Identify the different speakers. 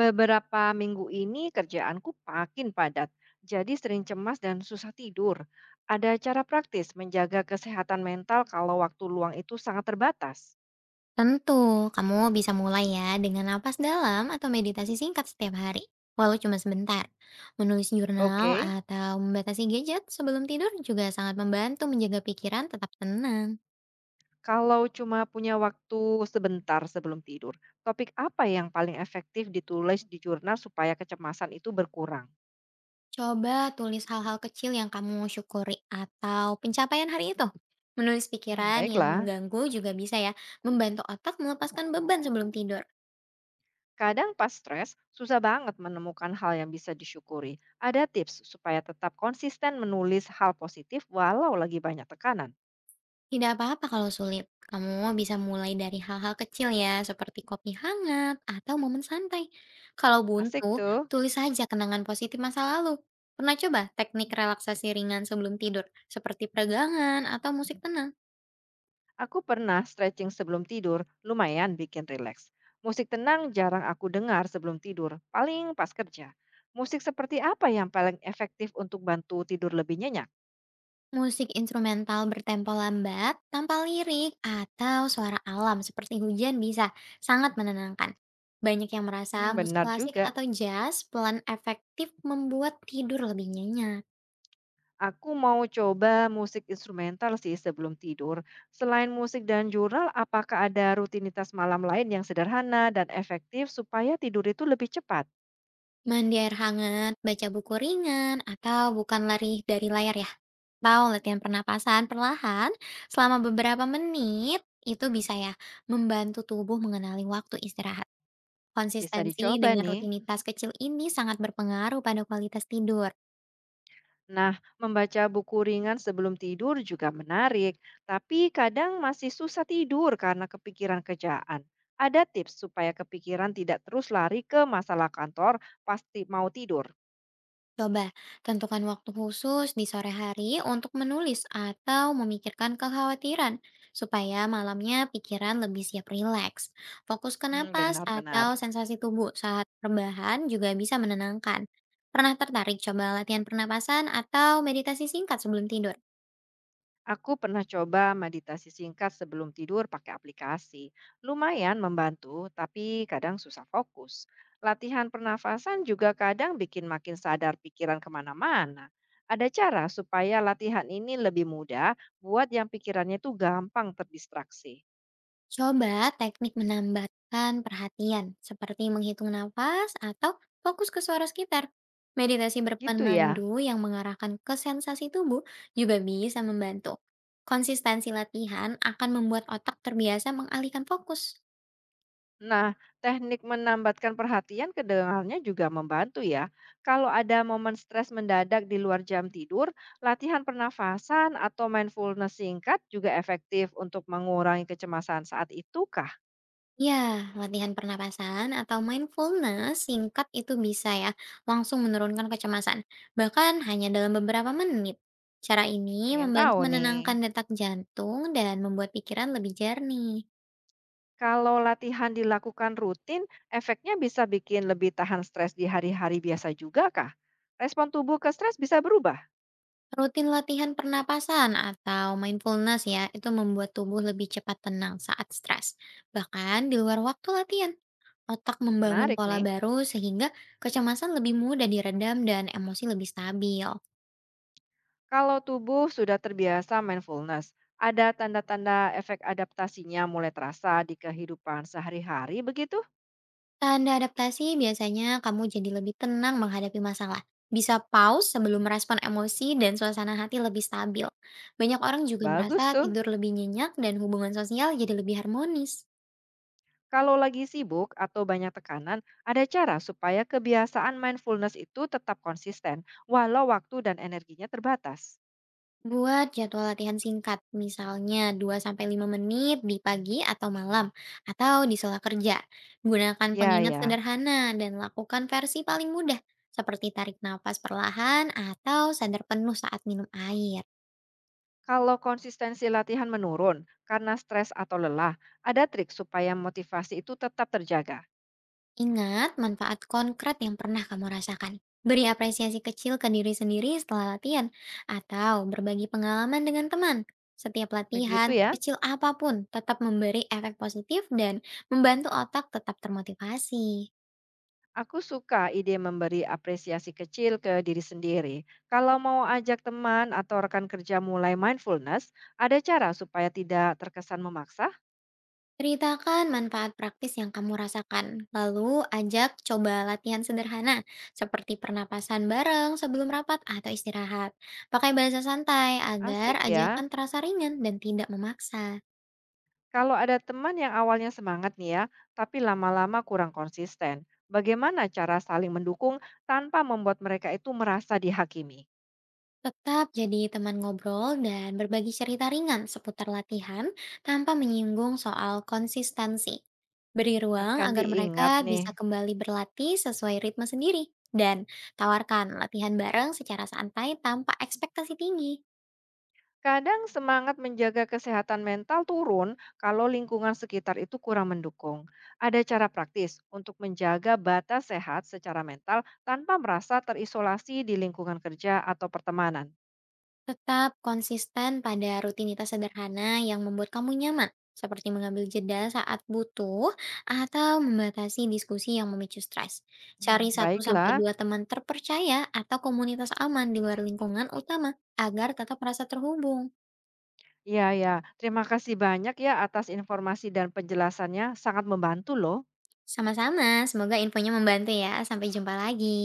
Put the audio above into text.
Speaker 1: Beberapa minggu ini kerjaanku makin padat, jadi sering cemas dan susah tidur. Ada cara praktis menjaga kesehatan mental kalau waktu luang itu sangat terbatas.
Speaker 2: Tentu, kamu bisa mulai ya dengan napas dalam atau meditasi singkat setiap hari, walau cuma sebentar. Menulis jurnal
Speaker 1: Oke,
Speaker 2: atau membatasi gadget sebelum tidur juga sangat membantu menjaga pikiran tetap tenang.
Speaker 1: kalau cuma punya waktu sebentar sebelum tidur, topik apa yang paling efektif ditulis di jurnal supaya kecemasan itu berkurang?
Speaker 2: Coba tulis hal-hal kecil yang kamu syukuri atau pencapaian hari itu. Menulis
Speaker 1: Hmm,
Speaker 2: pikiran yang
Speaker 1: baiklah.
Speaker 2: mengganggu juga bisa ya, membantu otak melepaskan beban sebelum tidur.
Speaker 1: Kadang pas stres, susah banget menemukan hal yang bisa disyukuri. Ada tips supaya tetap konsisten menulis hal positif walau lagi banyak tekanan.
Speaker 2: Tidak apa-apa kalau sulit. Kamu bisa mulai dari hal-hal kecil ya, seperti kopi hangat atau momen santai. Kalau
Speaker 1: Asik
Speaker 2: buntu,
Speaker 1: tuh.
Speaker 2: tulis saja kenangan positif masa lalu. Pernah coba teknik relaksasi ringan sebelum tidur, seperti peregangan atau musik tenang?
Speaker 1: Aku pernah stretching sebelum tidur, lumayan bikin rileks. Musik tenang jarang aku dengar sebelum tidur, paling pas kerja. Musik seperti apa yang paling efektif untuk bantu tidur lebih nyenyak?
Speaker 2: Musik instrumental bertempo lambat, tanpa lirik, atau suara alam seperti hujan bisa sangat menenangkan. Banyak yang merasa
Speaker 1: Hmm,
Speaker 2: musik
Speaker 1: benar
Speaker 2: klasik
Speaker 1: juga.
Speaker 2: atau jazz pelan efektif membuat tidur lebih nyenyak.
Speaker 1: Aku mau coba musik instrumental sih sebelum tidur. Selain musik dan jurnal, apakah ada rutinitas malam lain yang sederhana dan efektif supaya tidur itu lebih cepat?
Speaker 2: Mandi air hangat, baca buku ringan, atau bukan lari dari layar ya. Atau latihan pernapasan perlahan selama beberapa menit, itu bisa ya membantu tubuh mengenali waktu istirahat.
Speaker 1: Bisa
Speaker 2: Konsistensi
Speaker 1: dicoba
Speaker 2: dengan
Speaker 1: nih.
Speaker 2: rutinitas kecil ini sangat berpengaruh pada kualitas tidur.
Speaker 1: Nah, membaca buku ringan sebelum tidur juga menarik, tapi kadang masih susah tidur karena kepikiran kerjaan. Ada tips supaya kepikiran tidak terus lari ke masalah kantor pasti mau tidur.
Speaker 2: Coba tentukan waktu khusus di sore hari untuk menulis atau memikirkan kekhawatiran, supaya malamnya pikiran lebih siap rileks. Fokus ke
Speaker 1: Hmm,
Speaker 2: napas
Speaker 1: benar-benar.
Speaker 2: atau sensasi tubuh saat rebahan juga bisa menenangkan. Pernah tertarik coba latihan pernapasan atau meditasi singkat sebelum tidur?
Speaker 1: Aku pernah coba meditasi singkat sebelum tidur pakai aplikasi. Lumayan membantu, tapi kadang susah fokus. Latihan pernafasan juga kadang bikin makin sadar pikiran kemana-mana. Ada cara supaya latihan ini lebih mudah buat yang pikirannya tuh gampang terdistraksi.
Speaker 2: Coba teknik menambahkan perhatian, seperti menghitung nafas atau fokus ke suara sekitar. Meditasi
Speaker 1: Gitu ya.
Speaker 2: berpemandu yang mengarahkan ke sensasi tubuh juga bisa membantu. Konsistensi latihan akan membuat otak terbiasa mengalihkan fokus.
Speaker 1: Nah, teknik menambatkan perhatian kedengarannya juga membantu ya. Kalau ada momen stres mendadak di luar jam tidur, latihan pernafasan atau mindfulness singkat juga efektif untuk mengurangi kecemasan saat itu kah?
Speaker 2: Ya, latihan pernapasan atau mindfulness singkat itu bisa ya langsung menurunkan kecemasan, bahkan hanya dalam beberapa menit. Cara ini
Speaker 1: Pengen
Speaker 2: membantu
Speaker 1: tahu nih.
Speaker 2: menenangkan detak jantung dan membuat pikiran lebih jernih.
Speaker 1: Kalau latihan dilakukan rutin, efeknya bisa bikin lebih tahan stres di hari-hari biasa juga kah? Respon tubuh ke stres bisa berubah.
Speaker 2: Rutin latihan pernapasan atau mindfulness ya, itu membuat tubuh lebih cepat tenang saat stres. Bahkan di luar waktu latihan, otak membangun
Speaker 1: Menarik
Speaker 2: pola
Speaker 1: nih.
Speaker 2: baru sehingga kecemasan lebih mudah diredam dan emosi lebih stabil.
Speaker 1: Kalau tubuh sudah terbiasa mindfulness, ada tanda-tanda efek adaptasinya mulai terasa di kehidupan sehari-hari begitu?
Speaker 2: Tanda adaptasi biasanya kamu jadi lebih tenang menghadapi masalah. Bisa pause sebelum merespon emosi dan suasana hati lebih stabil. Banyak orang juga
Speaker 1: Bagus
Speaker 2: merasa
Speaker 1: tuh.
Speaker 2: tidur lebih nyenyak dan hubungan sosial jadi lebih harmonis.
Speaker 1: Kalau lagi sibuk atau banyak tekanan, ada cara supaya kebiasaan mindfulness itu tetap konsisten walau waktu dan energinya terbatas.
Speaker 2: Buat jadwal latihan singkat, misalnya 2 sampai 5 menit di pagi atau malam, atau di sela kerja. Gunakan
Speaker 1: Ya,
Speaker 2: pengingat
Speaker 1: ya.
Speaker 2: sederhana dan lakukan versi paling mudah, seperti tarik nafas perlahan atau sadar penuh saat minum air.
Speaker 1: Kalau konsistensi latihan menurun karena stres atau lelah, ada trik supaya motivasi itu tetap terjaga.
Speaker 2: Ingat manfaat konkret yang pernah kamu rasakan. Beri apresiasi kecil ke diri sendiri setelah latihan, atau berbagi pengalaman dengan teman. Setiap
Speaker 1: Begitu
Speaker 2: latihan,
Speaker 1: ya.
Speaker 2: kecil apapun, tetap memberi efek positif dan membantu otak tetap termotivasi.
Speaker 1: Aku suka ide memberi apresiasi kecil ke diri sendiri. Kalau mau ajak teman atau rekan kerja mulai mindfulness, ada cara supaya tidak terkesan memaksa?
Speaker 2: Ceritakan manfaat praktis yang kamu rasakan, lalu ajak coba latihan sederhana seperti pernapasan bareng sebelum rapat atau istirahat. Pakai bahasa santai agar
Speaker 1: Asik ya.
Speaker 2: ajakan terasa ringan dan tidak memaksa.
Speaker 1: Kalau ada teman yang awalnya semangat nih ya, tapi lama-lama kurang konsisten, bagaimana cara saling mendukung tanpa membuat mereka itu merasa dihakimi?
Speaker 2: Tetap jadi teman ngobrol dan berbagi cerita ringan seputar latihan tanpa menyinggung soal konsistensi. Beri ruang
Speaker 1: Akan
Speaker 2: agar mereka
Speaker 1: diingat nih.
Speaker 2: bisa kembali berlatih sesuai ritme sendiri dan tawarkan latihan bareng secara santai tanpa ekspektasi tinggi.
Speaker 1: Kadang semangat menjaga kesehatan mental turun kalau lingkungan sekitar itu kurang mendukung. Ada cara praktis untuk menjaga batas sehat secara mental tanpa merasa terisolasi di lingkungan kerja atau pertemanan.
Speaker 2: Tetap konsisten pada rutinitas sederhana yang membuat kamu nyaman, seperti mengambil jeda saat butuh atau membatasi diskusi yang memicu stres. Cari
Speaker 1: Hmm,
Speaker 2: satu sampai
Speaker 1: baiklah,
Speaker 2: dua teman terpercaya atau komunitas aman di luar lingkungan utama agar tetap merasa terhubung.
Speaker 1: ya, ya. Terima kasih banyak ya atas informasi dan penjelasannya. Sangat membantu loh.
Speaker 2: Sama-sama, semoga infonya membantu ya. Sampai jumpa lagi.